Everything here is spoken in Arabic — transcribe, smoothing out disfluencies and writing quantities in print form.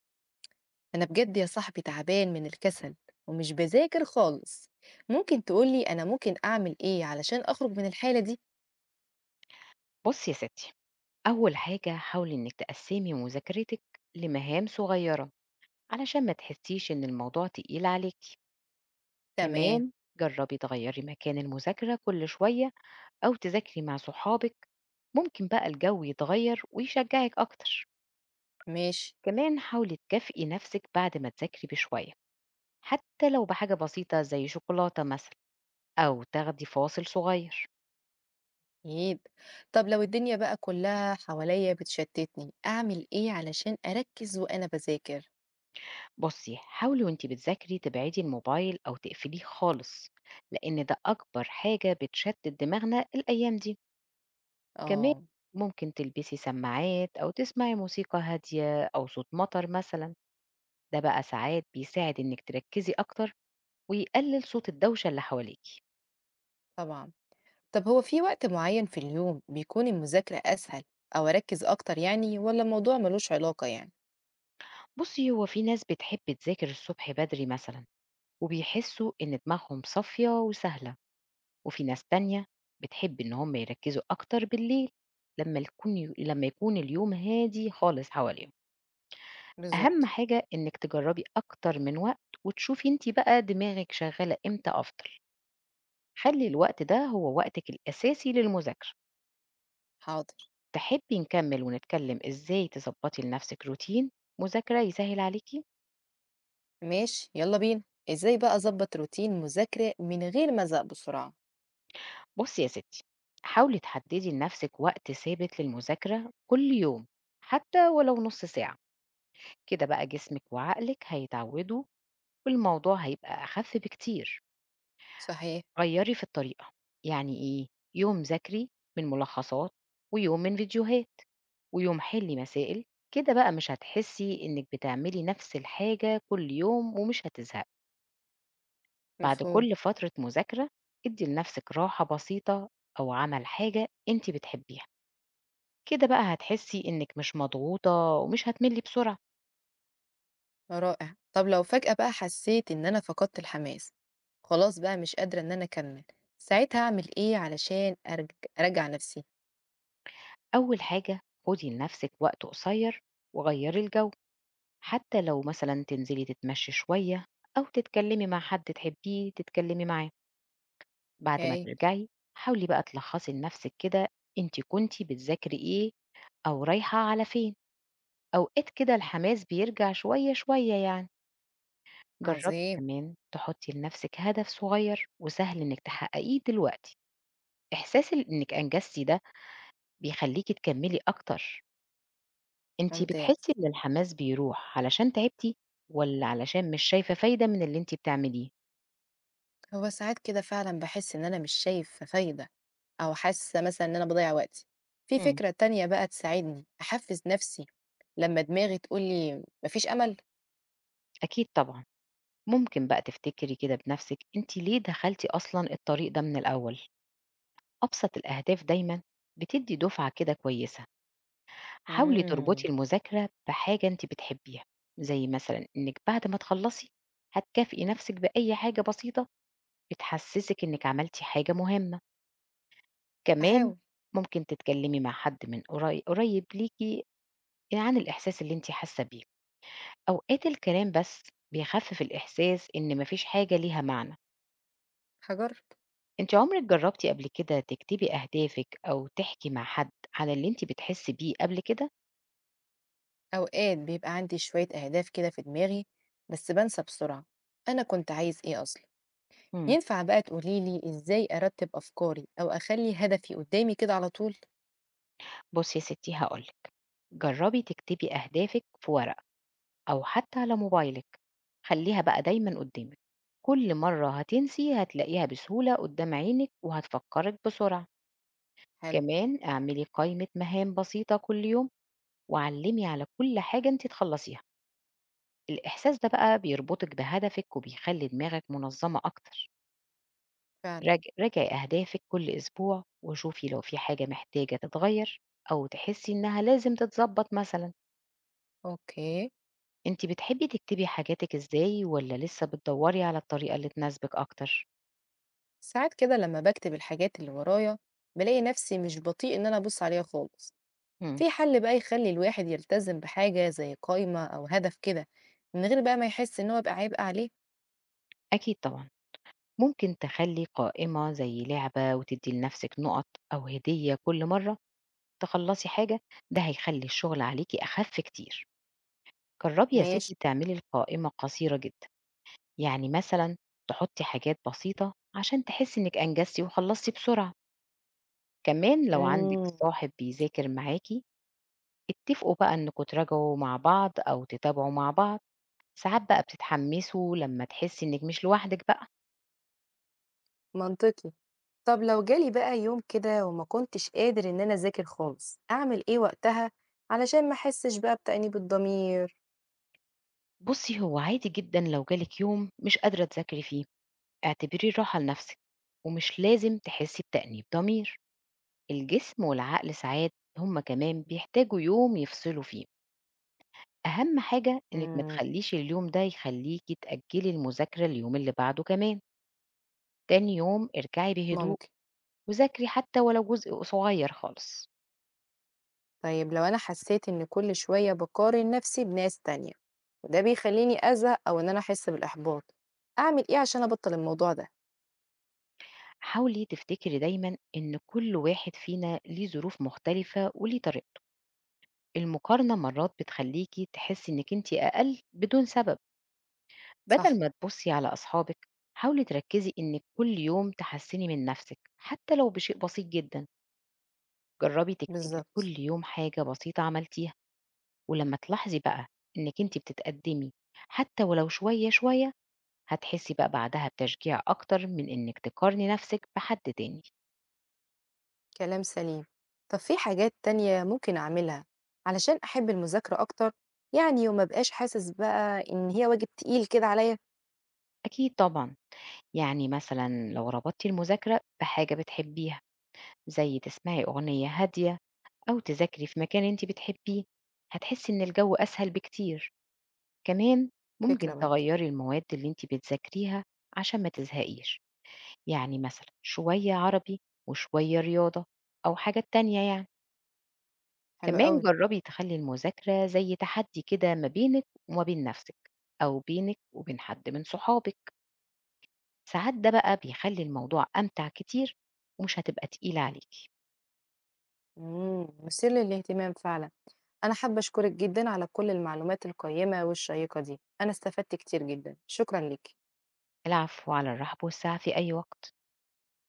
أنا بجد يا صاحبي تعبان من الكسل، ومش بذاكر خالص. ممكن تقولي أنا ممكن أعمل إيه علشان أخرج من الحالة دي؟ بُصّي يا ستي، أول حاجة حاولي إنِّك تقسّمي مذاكرتِك لمهام صغيّرة علشان ما تحسّيش إن الموضوع تقيل عليكِ، تمام. كمان جرّبي تغيّري مكان المذاكرة كل شوية أو تذاكري مع صحابِك، ممكن بقى الجو يتغيّر ويشجّعِك أكتر، ماشي. كمان حاولي تكافئي نَفْسِك بعد ما تذاكري بشوية، حتى لو بحاجة بسيطة زي شوكولاتة مثلًا أو تاخدي فاصل صغير. أكيد. طب لو الدنيا بقى كلها حواليا بتشتتني، أعمل إيه علشان أركز وأنا بذاكر؟ بصي حاولي وانتي بتذاكري تبعدي الموبايل أو تقفليه خالص لأن ده أكبر حاجة بتشتت دماغنا الأيام دي. كمان آه. ممكن تلبسي سماعات أو تسمعي موسيقى هادية أو صوت مطر مثلا، ده بقى ساعات بيساعد إنك تركزي أكتر ويقلل صوت الدوشة اللي حواليكي. طبعا. طب هو في وقت معين في اليوم بيكون المذاكرة أسهل، أو أركز أكتر يعني، ولا الموضوع ملوش علاقة يعني؟ بصي هو في ناس بتحب تذاكر الصبح بدري مثلا وبيحسوا إن دماغهم صافية وسهلة، وفي ناس تانية بتحب إن هم يركزوا أكتر بالليل لما يكون اليوم هادي خالص حواليهم. أهم بالظبط. حاجة إنك تجربي أكتر من وقت وتشوفي أنت بقى دماغك شغالة إمتى أفضل، خلي الوقت ده هو وقتك الأساسي للمذاكرة. حاضر. تحبي نكمل ونتكلم إزاي تظبطي لنفسك روتين مذاكرة يسهل عليكي؟ ماشي، يلا بينا. إزاي بقى أظبط روتين مذاكرة من غير ما أزهق بسرعة؟ بصي يا ستي حاولي تحددي لنفسك وقت ثابت للمذاكرة كل يوم حتى ولو نص ساعة، كده بقى جسمك وعقلك هيتعودوا والموضوع هيبقى أخف بكتير. صحيح. غيّري في الطريقة، يعني إيه، يوم ذاكري من ملخصات ويوم من فيديوهات ويوم حلّي مسائل، كده بقى مش هتحسّي إنِّك بتعملي نفس الحاجة كل يوم ومش هتزهقي، بعد مفهوم. كل فترة مذاكرة ادّي لنفسِك راحة بسيطة أو عمل حاجة أنتِ بتحبيها، كده بقى هتحسّي إنِّك مش مضغوطة ومش هتملّي بسرعة. رائع. طب لو فجأة بقى حسيت إن أنا فقدت الحماس، خلاص بقى مش قادرة إن أنا أكمل، ساعتها أعمل إيه علشان أرجّع نفسي؟ أول حاجة خُدي لنفسِك وقت قصير وغيّري الجو. حتى لو مثلًا تنزلي تتمشي شوية أو تتكلمي مع حد تحبيه تتكلمي معاه، بعد ما هايل. تمام. ترجعي حاولي بقى تلخّصي لنفسِك كده أنتِ كنتِ بتذاكري إيه أو رايحة على فين، أوقات كده الحماس بيرجع شوية شوية يعني. جرّبي عظيم. كمان تحطّي لنفسِك هدف صغير وسهل إنِّك تحققيه دلوقتي، إحساس إنِّك أنجزتِ ده بيخلّيكِ تكمّلي أكتر. أنتِ ممتاز. بتحسّي إن الحماس بيروح علشان تعبتِ والّا علشان مش شايفة فايدة من اللي أنتِ بتعمليه؟ هو ساعات كده فعلًا باحس إن أنا مش شايفة فايدة، أو حاسة مثلًا إن أنا باضيّع وقتي. في إمم، فكرة تانية بقى تساعدني أحفّز نفسي لمّا دماغي تقول لي ما فيش أمل؟ أكيد طبعًا، ممكن بقى تفتكري كده بنفسِك أنتِ ليه دخلتِ أصلًا الطريق ده من الأول، أبسط الأهداف دايمًا بتدّي دُفعة كده كويسة، حاولي إمم. تربطي المذاكرة بحاجة أنتِ بتحبيها، زي مثلًا إنِّك بعد ما تخلّصي هتكافئي نفسِك بأي حاجة بسيطة بتحسّسِك إنِّك عملتِ حاجة مهمة، كمان هاحاول. ممكن تتكلّمي مع حد من قريب ليكِ عن الإحساس اللي أنتِ حاسة بيه، أوقات الكلام بس بيخفِّف الإحساس إن ما فيش حاجة ليها معنى. هاجرّب. أنتِ عمرِك جرّبتِ قبل كده تكتبي أهدافِك أو تحكي مع حد عن اللي أنتِ بتحسّي بيه قبل كده؟ أوقات بيبقى عندي شوية أهداف كده في دماغي، بس بنسى بسرعة. أنا كنت عايز إيه أصلا؟ إمم، ينفع بقى تقوليلي إزاي أرتب أفكاري أو أخلي هدفي قدامي كده على طول؟ بُصّي يا ستّي هاقول لِك، جرّبي تكتبي أهدافِك في ورقة أو حتى على موبايلِك، خلّيها بقى دايمًا قدّامِك، كل مرّة هتنسي هتلاقيها بسهولة قدّام عينِك وهتفكّرِك بسرعة، حلو. كمان اعملي قائمة مهام بسيطة كل يوم وعلّمي على كل حاجة أنتِ تخلّصيها، الإحساس ده بقى بيربطِك بهدفِك وبيخلّي دماغِك منظّمة أكتر. فعلا. راجعي أهدافِك كل أسبوع، وشوفي لو في حاجة محتاجة تتغيّر أو تحسّي إنها لازم تتضبّط مثلًا. أوكي. أنتِ بتحبّي تكتبي حاجاتِك إزاي والّا لسه بتدوّري على الطريقة اللي تناسبِك أكتر؟ ساعات كده لما بكتب الحاجات اللي ورايا، بلاقي نفسي مش بطيء إن أنا أبص عليها خالص. إمم، في حل بقى يخلي الواحد يلتزم بحاجة زي قائمة أو هدف كده، من غير بقى ما يحس إن هو بقى عبء عليه؟ أكيد طبعًا. ممكن تخلّي قائمة زي لعبة وتدّي لنَفْسِك نُقط أو هدية كل مرّة تخلّصي حاجة، ده هيخلّي الشُغل عليكِ أخَف كتير. جرّبي يا ماشي. ستّي تعملي القائمة قصيرة جدًا، يعني مثلًا تحُطّي حاجات بسيطة عشان تحسّي إنِّك أنجزتِ وخلّصتِ بسرعة. كمان لو عندِك مم. صاحب بيذاكر معاكِ، اتفقوا بقى إنكم تراجعوا مع بعض أو تتابعوا مع بعض، ساعات بقى بتتحمسوا لمّا تحسّي إنِّك مش لوحدِك بقى. منطقي. طب لو جالي بقى يوم كده وما كنتش قادر إن أنا أذاكر خالص، أعمل إيه وقتها علشان ما أحسش بقى بتأنيب الضمير؟ بُصّي، هو عادي جدًا لو جالِك يوم مش قادرة تذاكري فيه، اعتبريه راحة لنفسِك، ومش لازم تحسّي بتأنيب ضمير. الجسم والعقل ساعات هم كمان بيحتاجوا يوم يفصلوا فيه. أهم حاجة إنِّك ما إمم. تخلّيش اليوم ده يخلّيكِ تأجّلي المذاكرة لليوم اللي بعده كمان. تاني يوم ارجعي بهدوء ممكن. وذاكري حتى ولو جزء صغير خالص. طيب لو أنا حسيت إن كل شوية باقارن نفسي بناس تانية، وده بيخلّيني أزهق أو إن أنا أحس بالإحباط، أعمل إيه عشان أبطّل الموضوع ده؟ حاولي تفتكري دايما إن كل واحد فينا ليه ظروف مختلفة وليه طريقته، المقارنة مرات بتخليكي تحسي إنك أنت أقل بدون سبب، صح. بدل ما تبصي على أصحابك حاولي تركزي إنك كل يوم تحسني من نفسك حتى لو بشيء بسيط جدا، جربي تكتبي بالضبط. كل يوم حاجة بسيطة عملتيها، ولما تلاحظي بقى إنك أنت بتتقدمي حتى ولو شوية شوية هتحسي بقى بعدها بتشجيع أكتر من إنِك تقارني نفسِك بحد تاني. كلام سليم. طب في حاجات تانية ممكن أعملها علشان أحب المذاكرة أكتر، يعني وما أبقاش حاسس بقى إن هي واجب تقيل كده عليَّ؟ أكيد طبعا، يعني مثلا لو ربطتي المذاكرة بحاجة بتحبيها زي تسمعي أغنية هادية أو تذاكري في مكان أنت بتحبيه هتحسي إن الجو أسهل بكتير. كمان ممكن فكرة برضه. تغيري المواد اللي أنت بتذاكريها عشان ما تزهقيش، يعني مثلا شوية عربي وشوية رياضة أو حاجة تانية يعني. حلو كمان أوي. جربي تخلي المذاكرة زي تحدي كده ما بينك وما بين نفسك أو بينك وبين حد من صحابك، ساعات ده بقى بيخلي الموضوع أمتع كتير ومش هتبقى تقيلة عليك. مثير للاهتمام فعلًا. أنا حابة أشكرِك جدًا على كل المعلومات القيّمة والشيّقة دي، أنا استفدت كتير جدًا، شكرًا ليكِ. العفو على الرحب والسعة في أي وقت.